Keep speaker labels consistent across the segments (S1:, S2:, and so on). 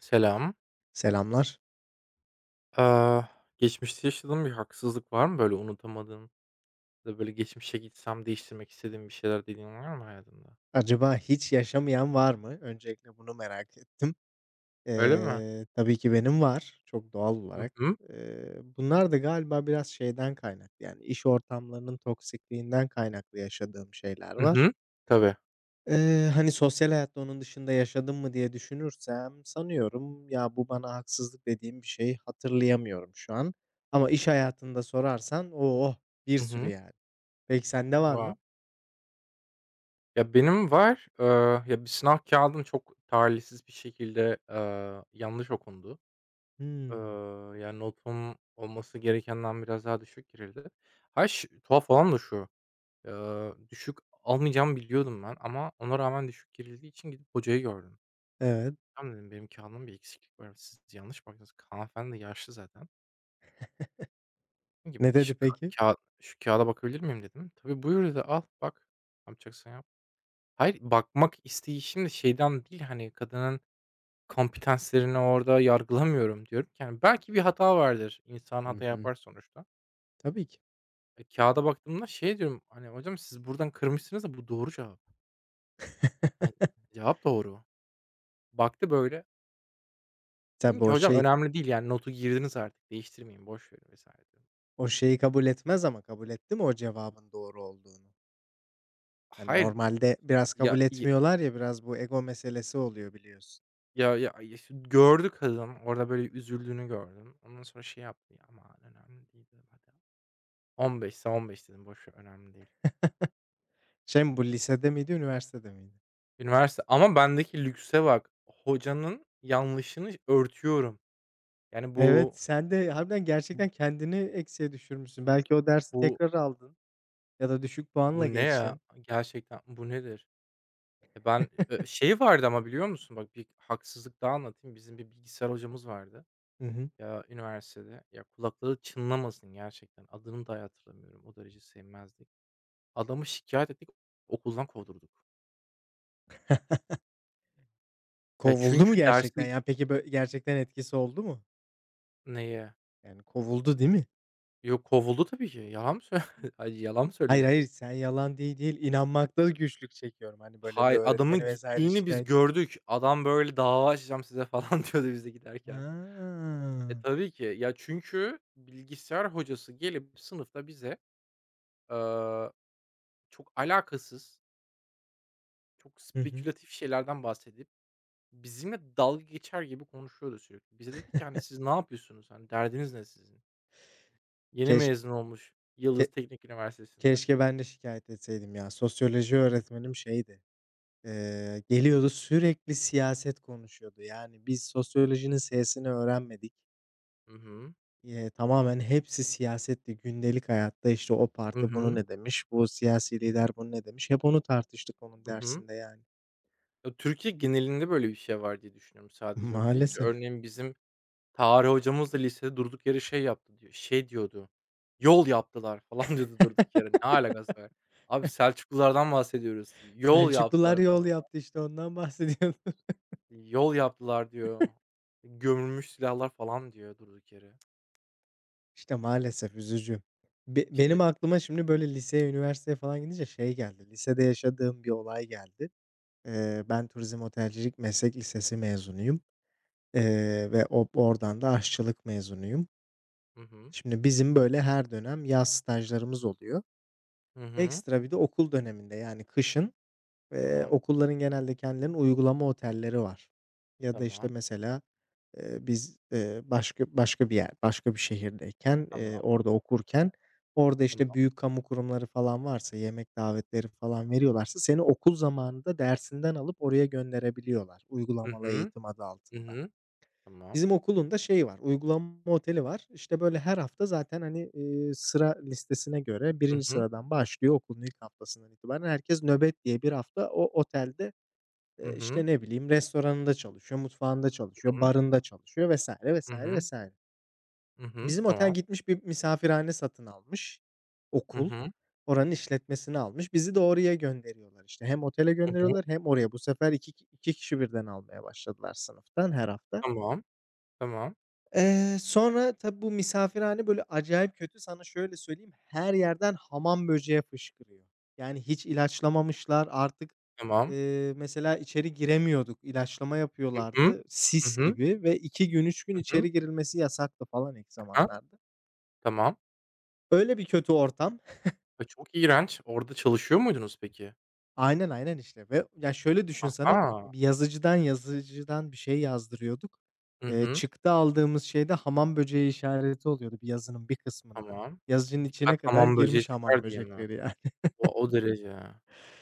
S1: Selam.
S2: Selamlar.
S1: Eee, geçmişte yaşadığın bir haksızlık var mı böyle unutamadığın ya da böyle geçmişe gitsem değiştirmek istediğin bir şeyler dediğin var mı hayatında?
S2: Acaba hiç yaşamayan var mı? Öncelikle bunu merak ettim.
S1: Öyle mi?
S2: Tabii ki benim var, çok doğal
S1: Hı
S2: olarak.
S1: hı.
S2: Bunlar da galiba biraz şeyden kaynaklı, yani iş ortamlarının toksikliğinden kaynaklı yaşadığım şeyler
S1: Hı
S2: var.
S1: hı. Tabii.
S2: Hani, sosyal hayatta onun dışında yaşadım mı diye düşünürsem sanıyorum, ya, bu bana haksızlık dediğim bir şeyi hatırlayamıyorum şu an ama iş hayatında sorarsan, oh, bir
S1: Hı
S2: sürü
S1: hı.
S2: yani. Peki sende var
S1: Wow.
S2: mı?
S1: Ya benim var. Ya bir sınav kağıdım çok talihsiz bir şekilde, yanlış okundu. Eee,
S2: Hımm.
S1: yani notum olması gerekenden biraz daha düşük girildi. Ha, tuhaf olan da şu, düşük almayacağımı biliyordum ben ama ona rağmen düşük girildiği için gidip hocayı gördüm.
S2: Evet.
S1: Tamam dedim, benim kağıdımda bir eksiklik var. Siz yanlış baktınız. Hanımefendi de yaşlı zaten. Dedim
S2: Ne
S1: ki
S2: dedi
S1: şu ka
S2: peki?
S1: kağıt şu kâğıda bakabilir miyim dedim. Tabii buyur dedi, al bak. Ne yapacaksan yap. Hayır, bakmak isteği şimdi şeyden değil, hani, kadının kompetanslarını orada yargılamıyorum diyorum ki, hani, belki bir hata vardır. İnsan
S2: Hı
S1: hata
S2: hı.
S1: yapar sonuçta.
S2: Tabii ki.
S1: E, kâğıda baktığımda şey diyorum, hani, hocam siz buradan kırmışsınız da bu doğru cevap. Hani, cevap doğru. Baktı böyle. Dedim
S2: Tabii
S1: ki
S2: o
S1: hocam
S2: şey
S1: önemli değil, yani, notu girdiniz artık değiştirmeyin, boş verin vesaire dedim.
S2: o şeyi kabul etmez ama kabul etti mi o cevabın doğru olduğunu? Hani,
S1: Hayır.
S2: normalde biraz
S1: Ya,
S2: kabul etmiyorlar ya, biraz bu ego meselesi oluyor biliyorsun.
S1: ya ya ya şimdi gördü kadın. Orada böyle üzüldüğünü gördüm. Ondan sonra şey yaptı. "Ya, aman önemli değil." dedim. Hadi 15'se 15 dedim. Boş ver, önemli değil.
S2: Şey mi bu, lisede miydi, üniversitede miydi?
S1: Üniversite ama bendeki lükse bak. Hocanın yanlışını örtüyorum. Yani
S2: Evet, sen de harbiden gerçekten kendini eksiye düşürmüşsün. Belki o dersi
S1: bu
S2: tekrar aldın ya da düşük puanla
S1: bu ne ya?
S2: geçtin.
S1: Gerçekten bu nedir? E, ben, şey vardı ama biliyor musun? Bak bir haksızlık daha anlatayım. Bizim bir bilgisayar hocamız vardı,
S2: Hı hı.
S1: ya üniversitede. Ya kulakları çınlamasın gerçekten. Adını da hatırlamıyorum. O derece sevmezdik. Adamı şikâyet ettik, okuldan kovdurduk. Ya,
S2: Kovuldu mu
S1: çünkü dersi.
S2: gerçekten ya? Peki, gerçekten etkisi oldu mu?
S1: Neye?
S2: Yani kovuldu değil mi?
S1: Yok, kovuldu tabii ki. Yalan mı Ay, yalan mı
S2: Hayır,
S1: söyleyeceğim?
S2: hayır, sen yalan değil, inanmakta güçlük çekiyorum. Hani, böyle bir
S1: Hayır,
S2: öğretmeni
S1: adamın
S2: vesaire
S1: gittiğini biz
S2: şikayet.
S1: gördük. Adam böyle "Dava açacağım size." falan diyordu bize giderken.
S2: A!
S1: E, tabii ki. Ya, çünkü bilgisayar hocası gelip sınıfta bize, eee, çok alakasız, çok
S2: Hı hı.
S1: spekülatif şeylerden bahsedip bizimle dalga geçer gibi konuşuyordu sürekli. Bize dedi ki, hani, "Siz ne yapıyorsunuz? Hani, derdiniz ne sizin?" Yeni
S2: Keş
S1: mezun olmuş Yıldız
S2: ke
S1: Teknik Üniversitesi'nde.
S2: Keşke ben de şikayet etseydim ya. Sosyoloji öğretmenim şeydi, geliyordu sürekli siyaset konuşuyordu. Yani biz sosyolojinin s'sini öğrenmedik.
S1: Hı hı.
S2: Tamamen hepsi siyasetti. Gündelik hayatta, işte, o
S1: Hı
S2: parti bunu
S1: hı.
S2: ne demiş, bu siyasi lider bunu ne demiş, hep onu tartıştık onun
S1: Hı hı.
S2: dersinde yani.
S1: Ya, Türkiye genelinde böyle bir şey var diye düşünüyorum. Sadece orada değil ki.
S2: Maalesef.
S1: Örneğin bizim tarih hocamız da lisede durduk yere şey yaptı diyor. Şey diyordu. Yol yaptılar falan diyordu durduk yere. Ne alakası var? Abi Selçuklulardan bahsediyoruz. Yol
S2: Selçuklular
S1: yaptılar
S2: yol
S1: falan.
S2: yaptı işte ondan bahsediyorum.
S1: Yol yaptılar diyor. Gömülmüş silahlar falan diyor durduk yere.
S2: İşte maalesef üzücü. Benim
S1: İşte
S2: aklıma şimdi böyle liseye, üniversiteye falan gidince şey geldi, lisede yaşadığım bir olay geldi. Ben Turizm Otelcilik Meslek Lisesi mezunuyum, ve o oradan da aşçılık mezunuyum.
S1: hı hı.
S2: Şimdi bizim böyle her dönem yaz stajlarımız oluyor.
S1: Hı hı.
S2: Ekstra bir de okul döneminde yani kışın.
S1: Tamam.
S2: Okulların genelde kendilerinin uygulama otelleri var. Ya da, işte,
S1: Tamam.
S2: mesela, biz, başka bir yer, başka bir şehirdeyken,
S1: Tamam.
S2: orada okurken, orada, işte,
S1: Tamam.
S2: büyük kamu kurumları falan varsa, yemek davetleri falan veriyorlarsa seni okul zamanında dersinden alıp oraya gönderebiliyorlar
S1: Hı
S2: uygulamalı
S1: hı.
S2: eğitim adı
S1: Hı
S2: altında.
S1: hı. Tamam.
S2: Bizim okulun da şeyi var, uygulama oteli var. İşte, böyle, her hafta zaten, hani, sıra listesine göre
S1: Hı
S2: birinci
S1: hı.
S2: sıradan başlıyor okulun ilk haftasından itibaren herkes nöbet diye bir hafta o otelde,
S1: Hı hı.
S2: işte, ne bileyim, restoranında çalışıyor, mutfağında çalışıyor,
S1: Hı hı.
S2: barında çalışıyor vesaire
S1: Hı
S2: vesaire
S1: hı.
S2: vesaire.
S1: Hı hı.
S2: Bizim otel
S1: Tamam.
S2: gitmiş bir misafirhane satın almış,
S1: Hı
S2: okul.
S1: hı.
S2: Oranın işletmesini almış. Bizi de oraya gönderiyorlar, işte. Hem otele
S1: Hı hı.
S2: gönderiyorlar hem oraya. Bu sefer iki kişi birden almaya başladılar sınıftan her hafta.
S1: Tamam. Tamam.
S2: Sonra tabii bu misafirhane böyle acayip kötü. Sana şöyle söyleyeyim, her yerden hamam böceği fışkırıyor. Yani hiç ilaçlamamışlar artık,
S1: Tamam.
S2: mesela içeri giremiyorduk. İlaçlama
S1: Hı hı.
S2: yapıyorlardı
S1: Hı
S2: sis
S1: hı.
S2: gibi ve 2 gün 3 gün
S1: Hı hı.
S2: içeri girilmesi yasaktı falan ilk
S1: Ha.
S2: zamanlarda.
S1: Tamam.
S2: Öyle bir kötü ortam.
S1: E, çok iğrenç. Orada çalışıyor muydunuz peki?
S2: Aynen, aynen işte ve ya, şöyle düşün sana,
S1: Aha!
S2: bir yazıcıdan bir şey yazdırıyorduk.
S1: Hı hı.
S2: Çıktı aldığımız şeyde hamam böceği işareti oluyordu bir yazının bir kısmında.
S1: Tamam.
S2: Yazıcının içine
S1: Dikkat
S2: kadar
S1: hamam böceği
S2: girmiş hamam
S1: çıkar diye mi?
S2: böcekleri yani.
S1: O o derece.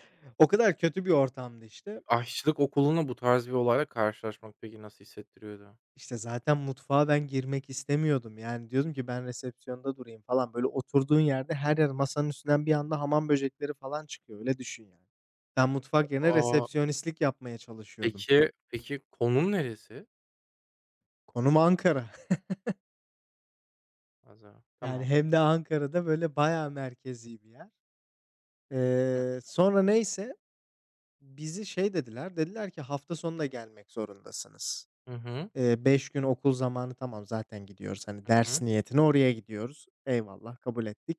S2: O kadar kötü bir ortamdı işte.
S1: Aşçılık okuluna bu tarz bir olayla karşılaşmak peki nasıl hissettiriyordu?
S2: İşte zaten mutfağa ben girmek istemiyordum. Yani diyordum ki ben resepsiyonda durayım falan. Böyle oturduğun yerde her yer masanın üstünden bir anda hamam böcekleri falan çıkıyor. Öyle düşün yani. Ben mutfak yerine
S1: A!
S2: resepsiyonistlik yapmaya çalışıyordum.
S1: Peki peki konum neresi?
S2: Konum Ankara.
S1: Pazar.
S2: Yani,
S1: Tamam.
S2: hem de Ankara'da, böyle, bayağı merkezi bir yer. Sonra neyse, bizi şey dediler, dediler ki, "Hafta sonu da gelmek zorundasınız.
S1: Hı hı.
S2: 5 gün okul zamanı tamam zaten gidiyoruz, hani,
S1: Hı
S2: ders
S1: hı.
S2: niyetine oraya gidiyoruz. Eyvallah, kabul ettik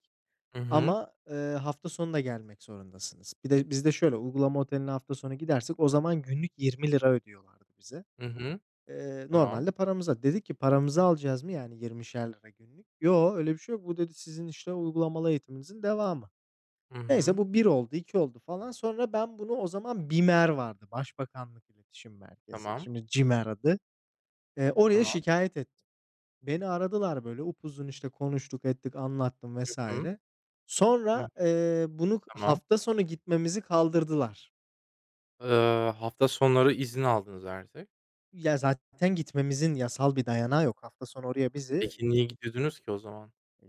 S1: Hı hı.
S2: ama, hafta sonu da gelmek zorundasınız." Bir de bizde şöyle, uygulama oteline hafta sonu gidersek o zaman günlük 20 lira ödüyorlardı bize.
S1: Hı hı. Tamam.
S2: Normalde paramıza. Dedik ki, "Paramızı alacağız mı yani ₺20'şer günlük?" "Yo, öyle bir şey yok. Bu," dedi, "sizin işte uygulamalı eğitiminizin devamı."
S1: Hı
S2: Neyse
S1: hı.
S2: bu bir oldu, 2 oldu falan. Sonra ben bunu o zaman BİMER vardı, Başbakanlık İletişim Merkezi.
S1: Tamam.
S2: Şimdi CİMER adı. Oraya
S1: Tamam.
S2: şikayet ettim. Beni aradılar böyle upuzun işte konuştuk ettik, anlattım
S1: Hı.
S2: vesaire.
S1: Hı.
S2: Sonra, bunu
S1: Tamam.
S2: hafta sonu gitmemizi kaldırdılar.
S1: Hafta sonları izin aldınız artık.
S2: Ya zaten gitmemizin yasal bir dayanağı yok. Hafta sonu oraya bizi...
S1: Peki, niye gidiyordunuz ki o zaman?
S2: E,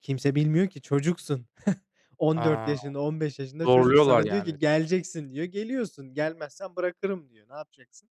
S2: kimse bilmiyor ki çocuksun. 14
S1: A!
S2: yaşında, 15 yaşında çocuk.
S1: Zorluyorlar
S2: Sana diyor ki,
S1: yani.
S2: "Geleceksin," diyor. Geliyorsun. "Gelmezsen bırakırım," diyor. Ne yapacaksın?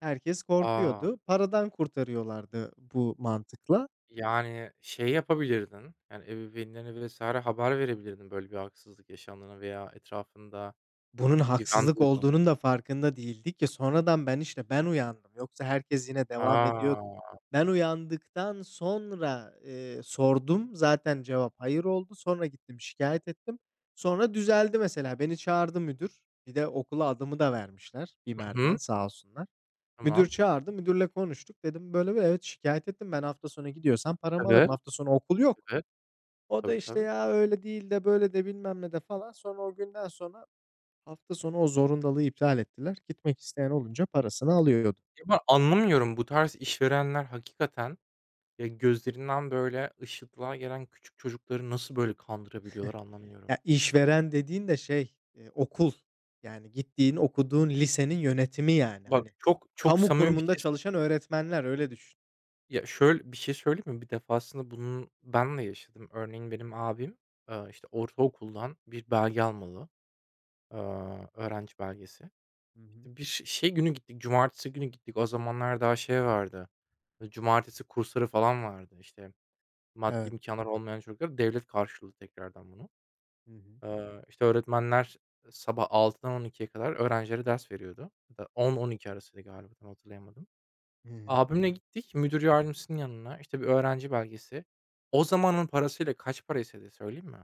S2: Herkes
S1: A!
S2: korkuyordu. Paradan kurtarıyorlardı bu mantıkla.
S1: Yani, şey yapabilirdin, yani, ebeveynlerine vs. haber verebilirdin böyle bir haksızlık yaşandığını veya etrafında
S2: Bunun
S1: güven
S2: haksızlık
S1: duyduğun.
S2: olduğunun da farkında değildik ki sonradan ben, işte, ben uyandım. Yoksa herkes yine devam ediyordu.
S1: A!
S2: Ben uyandıktan sonra, sordum. Zaten cevap hayır oldu. Sonra gittim şikayet ettim. Sonra düzeldi mesela. Beni çağırdı müdür. Bir de okula adımı da vermişler
S1: Hı
S2: BİMER'den
S1: hı.
S2: sağ olsunlar. Müdür
S1: Tamam.
S2: çağırdı. Müdürle konuştuk. Dedim, "Böyle böyle, evet, şikayet ettim. Ben hafta sonu gidiyorsam paramı alırım.
S1: Evet,
S2: Hafta sonu okul yok."
S1: evet.
S2: O da,
S1: Tabii,
S2: işte,
S1: tabii.
S2: "Ya, öyle değil de böyle de bilmem ne de," falan. Sonra o günden sonra hafta sonu o zorundalığı iptal ettiler. Gitmek isteyen olunca parasını alıyordu.
S1: Ya, ben anlamıyorum bu tarz işverenler hakikaten, ya, gözlerinden böyle ışıltılar gelen küçük çocukları nasıl böyle kandırabiliyorlar anlamıyorum.
S2: Ya, işveren dediğin de şey, okul. Yani gittiğin, okuduğun lisenin yönetimi yani.
S1: Bak
S2: Hani
S1: çok çok
S2: kamu
S1: samimi bir
S2: kurumunda
S1: şey
S2: çalışan öğretmenler, öyle düşün.
S1: ya, şöyle bir şey söyleyeyim mi? Bir defasında bunun ben de yaşadım. Örneğin benim abim, işte, ortaokuldan bir belge almalı, öğrenci belgesi.
S2: Hı hı.
S1: İşte bir şey günü gittik, cumartesi günü gittik. O zamanlar daha şey vardı, cumartesi kursları falan vardı. İşte, maddi
S2: Evet.
S1: imkânları olmayan çocuklar devlet karşılıyordu tekrardan bunu.
S2: Hı hı.
S1: İşte, öğretmenler sabah 6'dan 12'ye kadar öğrencilere ders veriyordu ya da 10-12 arasıydı galiba, tam hatırlayamadım.
S2: Hı hı.
S1: Abimle gittik müdür yardımcısının yanına, işte, bir öğrenci belgesi. O zamanın parasıyla kaç para istedi söyleyeyim mi?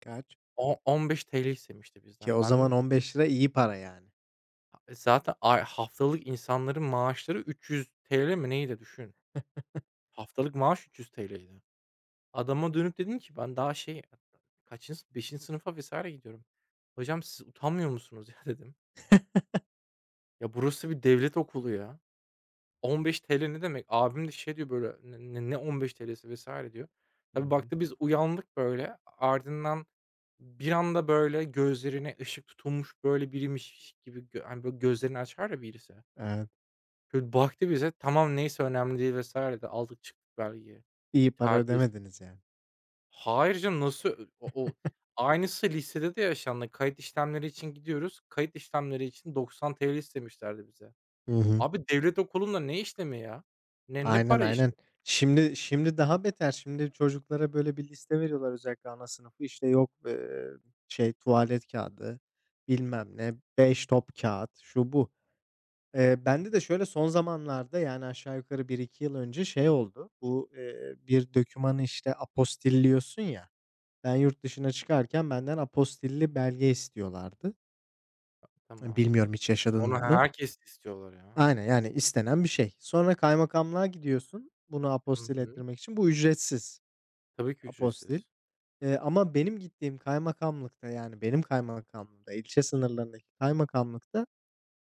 S2: Kaç?
S1: O ₺15 istemişti
S2: Ki
S1: bizden.
S2: o
S1: Ben de
S2: zaman 15 lira iyi para yani.
S1: e, zaten ay haftalık insanların maaşları ₺300 mi neydi düşün. Haftalık maaş ₺300'ydi. Adama dönüp dedim ki ben daha şey kaçıncı beşinci sınıfa vesaire gidiyorum. "Hocam siz utanmıyor musunuz ya?" dedim. "Ya burası bir devlet okulu ya." ₺15 ne demek? Abim de şey diyor böyle, "Ne ₺15'si?" vs. diyor.
S2: Hı
S1: Tabii
S2: hı.
S1: baktı biz uyandık böyle. Ardından bir anda böyle gözlerine ışık tutulmuş böyle biriymiş gibi hani, böyle gözlerini açar ya birisi.
S2: Evet.
S1: Böyle baktı bize, "Tamam, neyse önemli değil." vesaire de aldık çıktık belgeyi.
S2: İyi para
S1: Terbiyesiz.
S2: ödemediniz yani.
S1: Hayır canım, nasıl ö o o aynısı lisede de yaşandı. Kayıt işlemleri için gidiyoruz. Kayıt işlemleri için ₺90 istemişlerdi bize.
S2: Hı hı.
S1: Abi devlet okulunda ne işlemi ya? Ne ne
S2: Aynen,
S1: para iş
S2: aynen. Şimdi daha beter. Şimdi çocuklara böyle bir liste veriyorlar özellikle ana sınıfı. İşte yok, şey, tuvalet kağıdı bilmem ne, 5 top kağıt şu bu. Bende de şöyle son zamanlarda, yani aşağı yukarı bir iki yıl önce şey oldu. Bu, bir dokümanı işte apostilliyorsun ya. Ben yurt dışına çıkarken benden apostilli belge istiyorlardı.
S1: Tamam.
S2: Bilmiyorum hiç yaşadın mı
S1: Onu
S2: onu?
S1: herkes istiyorlar ya.
S2: Aynen, yani istenen bir şey. Sonra kaymakamlığa gidiyorsun bunu
S1: Hı
S2: apostil
S1: hı.
S2: ettirmek için. Bu ücretsiz
S1: Tabii ki
S2: apostil.
S1: ücretsiz.
S2: Ama benim gittiğim kaymakamlıkta, yani benim kaymakamlığımda, ilçe sınırlarındaki kaymakamlıkta,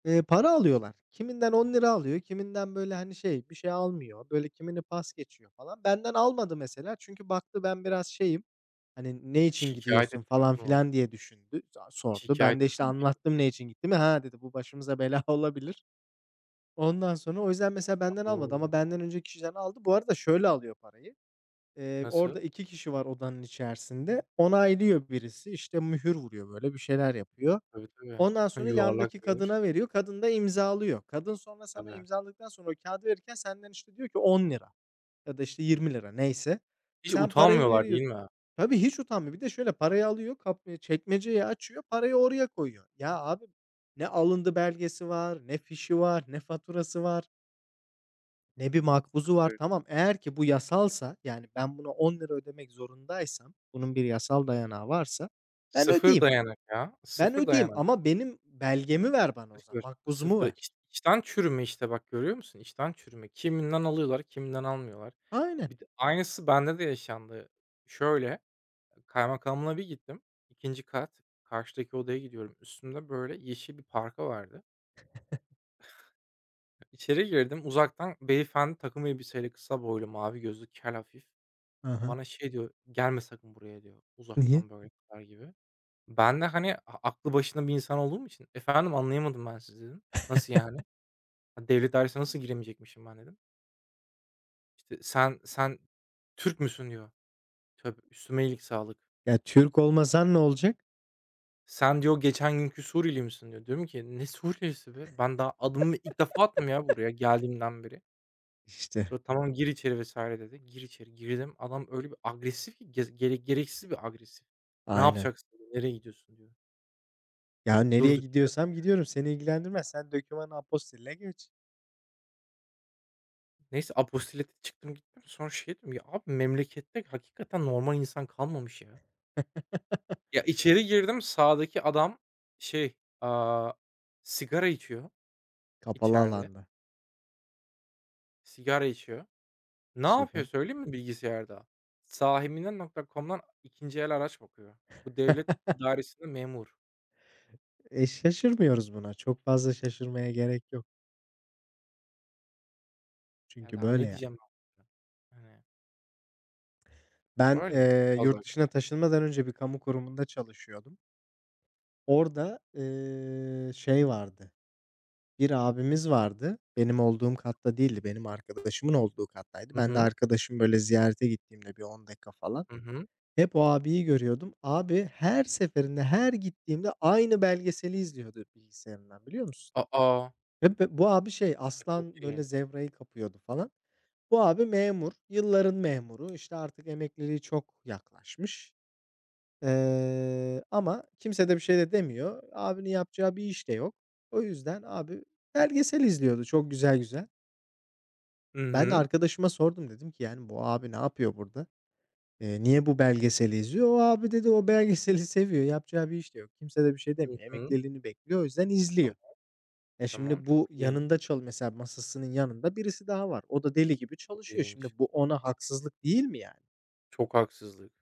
S2: para alıyorlar. Kiminden 10 lira alıyor, kiminden böyle, hani, şey, bir şey almıyor. Böyle kimini pas geçiyor falan. Benden almadı mesela çünkü baktı ben biraz şeyim, hani, "Ne
S1: E,
S2: için
S1: şikâyet
S2: gidiyorsun?"
S1: ettin mi
S2: falan
S1: bunu?
S2: filan diye düşündü, sordu. Ben de
S1: Şikâyet
S2: işte
S1: ettin mi peki?
S2: anlattım ne için gittiğimi. "Ha," dedi, "bu başımıza bela olabilir." Ondan sonra o yüzden mesela benden almadı ama
S1: O!
S2: benden önceki kişiden aldı. Bu arada şöyle alıyor parayı.
S1: Nasıl?
S2: Orada 2 kişi var odanın içerisinde. Onaylıyor birisi, işte, mühür vuruyor, böyle, bir şeyler yapıyor.
S1: Tabii, tabii.
S2: Ondan sonra
S1: Yuvarlak
S2: yandaki
S1: yoğurt.
S2: kadına veriyor. Kadın da imzalıyor. Kadın sonra sana
S1: Tabii.
S2: imzaladıktan sonra o kağıdı verirken senden, işte, diyor ki 10 lira ya da, işte, 20 lira neyse.
S1: Hiç
S2: Sen parayı
S1: utanmıyorlar değil
S2: veriyorsun.
S1: mi?
S2: Tabii, hiç utanmıyor. Bir de şöyle parayı alıyor, kap çekmeceyi açıyor, parayı oraya koyuyor. Ya abi ne alındı belgesi var, ne fişi var, ne faturası var, ne bir makbuzu var.
S1: Sıfır.
S2: Tamam, eğer ki bu yasalsa, yani ben buna 10 lira ödemek zorundaysam, bunun bir yasal dayanağı varsa ben
S1: Sıfır
S2: ödeyeyim.
S1: dayanak ya.
S2: Ben
S1: Sıfır
S2: ödeyeyim
S1: dayanak.
S2: ama benim belgemi ver bana o zaman,
S1: Sıfır.
S2: makbuzumu
S1: Sıfır. İç
S2: ver.
S1: içten çürüme işte bak görüyor musun? İçten çürüme. Kiminden alıyorlar, kiminden almıyorlar.
S2: Aynen.
S1: Bir de aynısı bende de yaşandı. Şöyle kaymakamlığa bir gittim. İkinci kat, karşıdaki odaya gidiyorum. Üstümde böyle yeşil bir parka vardı. İçeri girdim. Uzaktan beyefendi takım elbiseyle, kısa boylu, mavi gözlü, kel hafif.
S2: Aha!
S1: Bana şey diyor, "Gelme sakın buraya." diyor.
S2: Niye?
S1: Uzaktan böyle bakar gibi. Ben de, hani, aklı başında bir insan olduğum için, "Efendim, anlayamadım ben sizi." dedim. "Nasıl yani? Ha, devlet dairesine nasıl giremeyecekmişim ben?" dedim. İşte, "Sen Türk müsün?" diyor. Tabii üstüme iyilik sağlık.
S2: Ya, Türk olmasan ne olacak?
S1: "Sen" diyor, "geçen günkü Suriyeli misin?" diyor. Diyorum ki, "Ne Suriyelisi be? Ben daha adımımı ilk defa attım ya buraya geldiğimden beri."
S2: İşte,
S1: Sonra, "Tamam, gir içeri." vesaire dedi. Gir içeri girdim. Adam öyle bir agresif ki gez gere gereksiz bir agresif. "Ne
S2: aynen.
S1: yapacaksın? Diyor, Nereye gidiyorsun?" diyor.
S2: Ya, nereye
S1: Durduk yere.
S2: gidiyorsam gidiyorum, seni ilgilendirmez. Sen dokümanı apostille geç.
S1: Neyse apostilete çıktım gittim. Sonra şey dedim, "Ya abi memlekette hakikaten normal insan kalmamış ya." Ya içeri girdim sağdaki adam şey, aaa, sigara içiyor
S2: Kapalı
S1: içeride.
S2: alanda.
S1: Sigara içiyor. Ne yapıyor
S2: Süper.
S1: söyleyeyim mi bilgisayarda? Saheminden.com'dan 2'nci el araç bakıyor. Bu devlet dairesinde memur.
S2: E, şaşırmıyoruz buna. Çok fazla şaşırmaya gerek yok.
S1: Yani
S2: Çünkü
S1: daha
S2: böyle,
S1: ne
S2: yani.
S1: diyeceğim ben buna? Hani,
S2: Ben,
S1: böyle çok fazla.
S2: yurt dışına taşınmadan önce bir kamu kurumunda çalışıyordum. Orada, şey vardı, bir abimiz vardı. Benim olduğum katta değildi, benim arkadaşımın olduğu kattaydı.
S1: Hı
S2: Ben de
S1: hı.
S2: arkadaşım böyle ziyarete gittiğimde bir 10 dakika falan
S1: Hı hı.
S2: hep o abiyi görüyordum. Abi her seferinde, her gittiğimde aynı belgeseli izliyordu bilgisayarından, biliyor musun?
S1: A, a!
S2: Ve bu abi şey,
S1: E, çok
S2: aslan böyle
S1: ilginç.
S2: zebrayı kapıyordu falan. Bu abi memur, yılların memuru, İşte artık emekliliği çok yaklaşmış. Ama kimse de bir şey de demiyor. Abinin yapacağı bir iş de yok. O yüzden abi belgesel izliyordu çok güzel güzel.
S1: Hı
S2: Ben de
S1: hı.
S2: arkadaşıma sordum dedim ki yani bu abi ne yapıyor burada? Niye bu belgeseli izliyor? O abi dedi o belgeseli seviyor. Yapacağı bir iş de yok. Kimse de bir şey
S1: Hı
S2: demiyor.
S1: hı.
S2: Emekliliğini bekliyor. O yüzden izliyor.
S1: Tamam,
S2: E
S1: tamam.
S2: şimdi
S1: Çok
S2: bu
S1: ilginç.
S2: yanında mesela masasının yanında birisi daha var. O da deli gibi
S1: Çok
S2: çalışıyor. Şimdi
S1: ilginç.
S2: bu ona haksızlık değil mi yani?
S1: Çok haksızlık.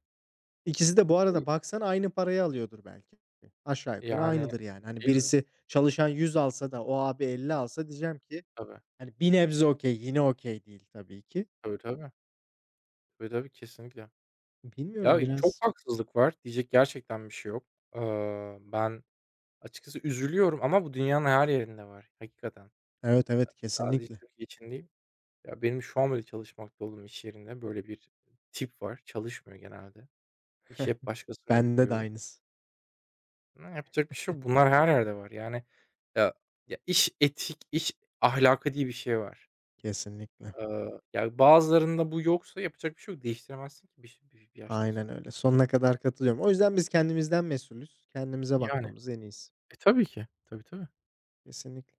S2: İkisi de bu arada
S1: Eee,
S2: baksan aynı parayı alıyordur belki. Aşağı yukarı
S1: yani,
S2: aynıdır yani. Hani
S1: değil mi?
S2: birisi çalışan 100 alsa da o abi 50 alsa diyeceğim ki
S1: Tabii.
S2: hani bir nebze okey, yine okey değil tabii ki.
S1: Tabii, tabii. Tabii, tabii, kesinlikle. Ya,
S2: Bilmiyorum
S1: çok
S2: biraz.
S1: haksızlık var. Diyecek gerçekten bir şey yok. Ben açıkçası üzülüyorum ama bu dünyanın her yerinde var hakikaten.
S2: Evet, evet
S1: Sadece
S2: kesinlikle.
S1: Türkiye için değil. Ya, benim şu an bile çalışmakta olduğum iş yerinde böyle bir tip var. Çalışmıyor genelde. İşi hep başkasına
S2: Bende de
S1: yüklüyor.
S2: aynısı.
S1: Ama yapacak bir şey yok. Bunlar her yerde var. Yani, ya ya, iş etik, iş ahlakı diye bir şey var.
S2: Kesinlikle.
S1: Ya, bazılarında bu yoksa yapacak bir şey yok. Değiştiremezsin ki bir bir yaştan
S2: Aynen
S1: sonra.
S2: öyle. Sonuna kadar katılıyorum. O yüzden biz kendimizden mesulüz. Kendimize
S1: Yani.
S2: bakmamız en iyisi.
S1: E, tabii ki. Tabii, tabii.
S2: Kesinlikle.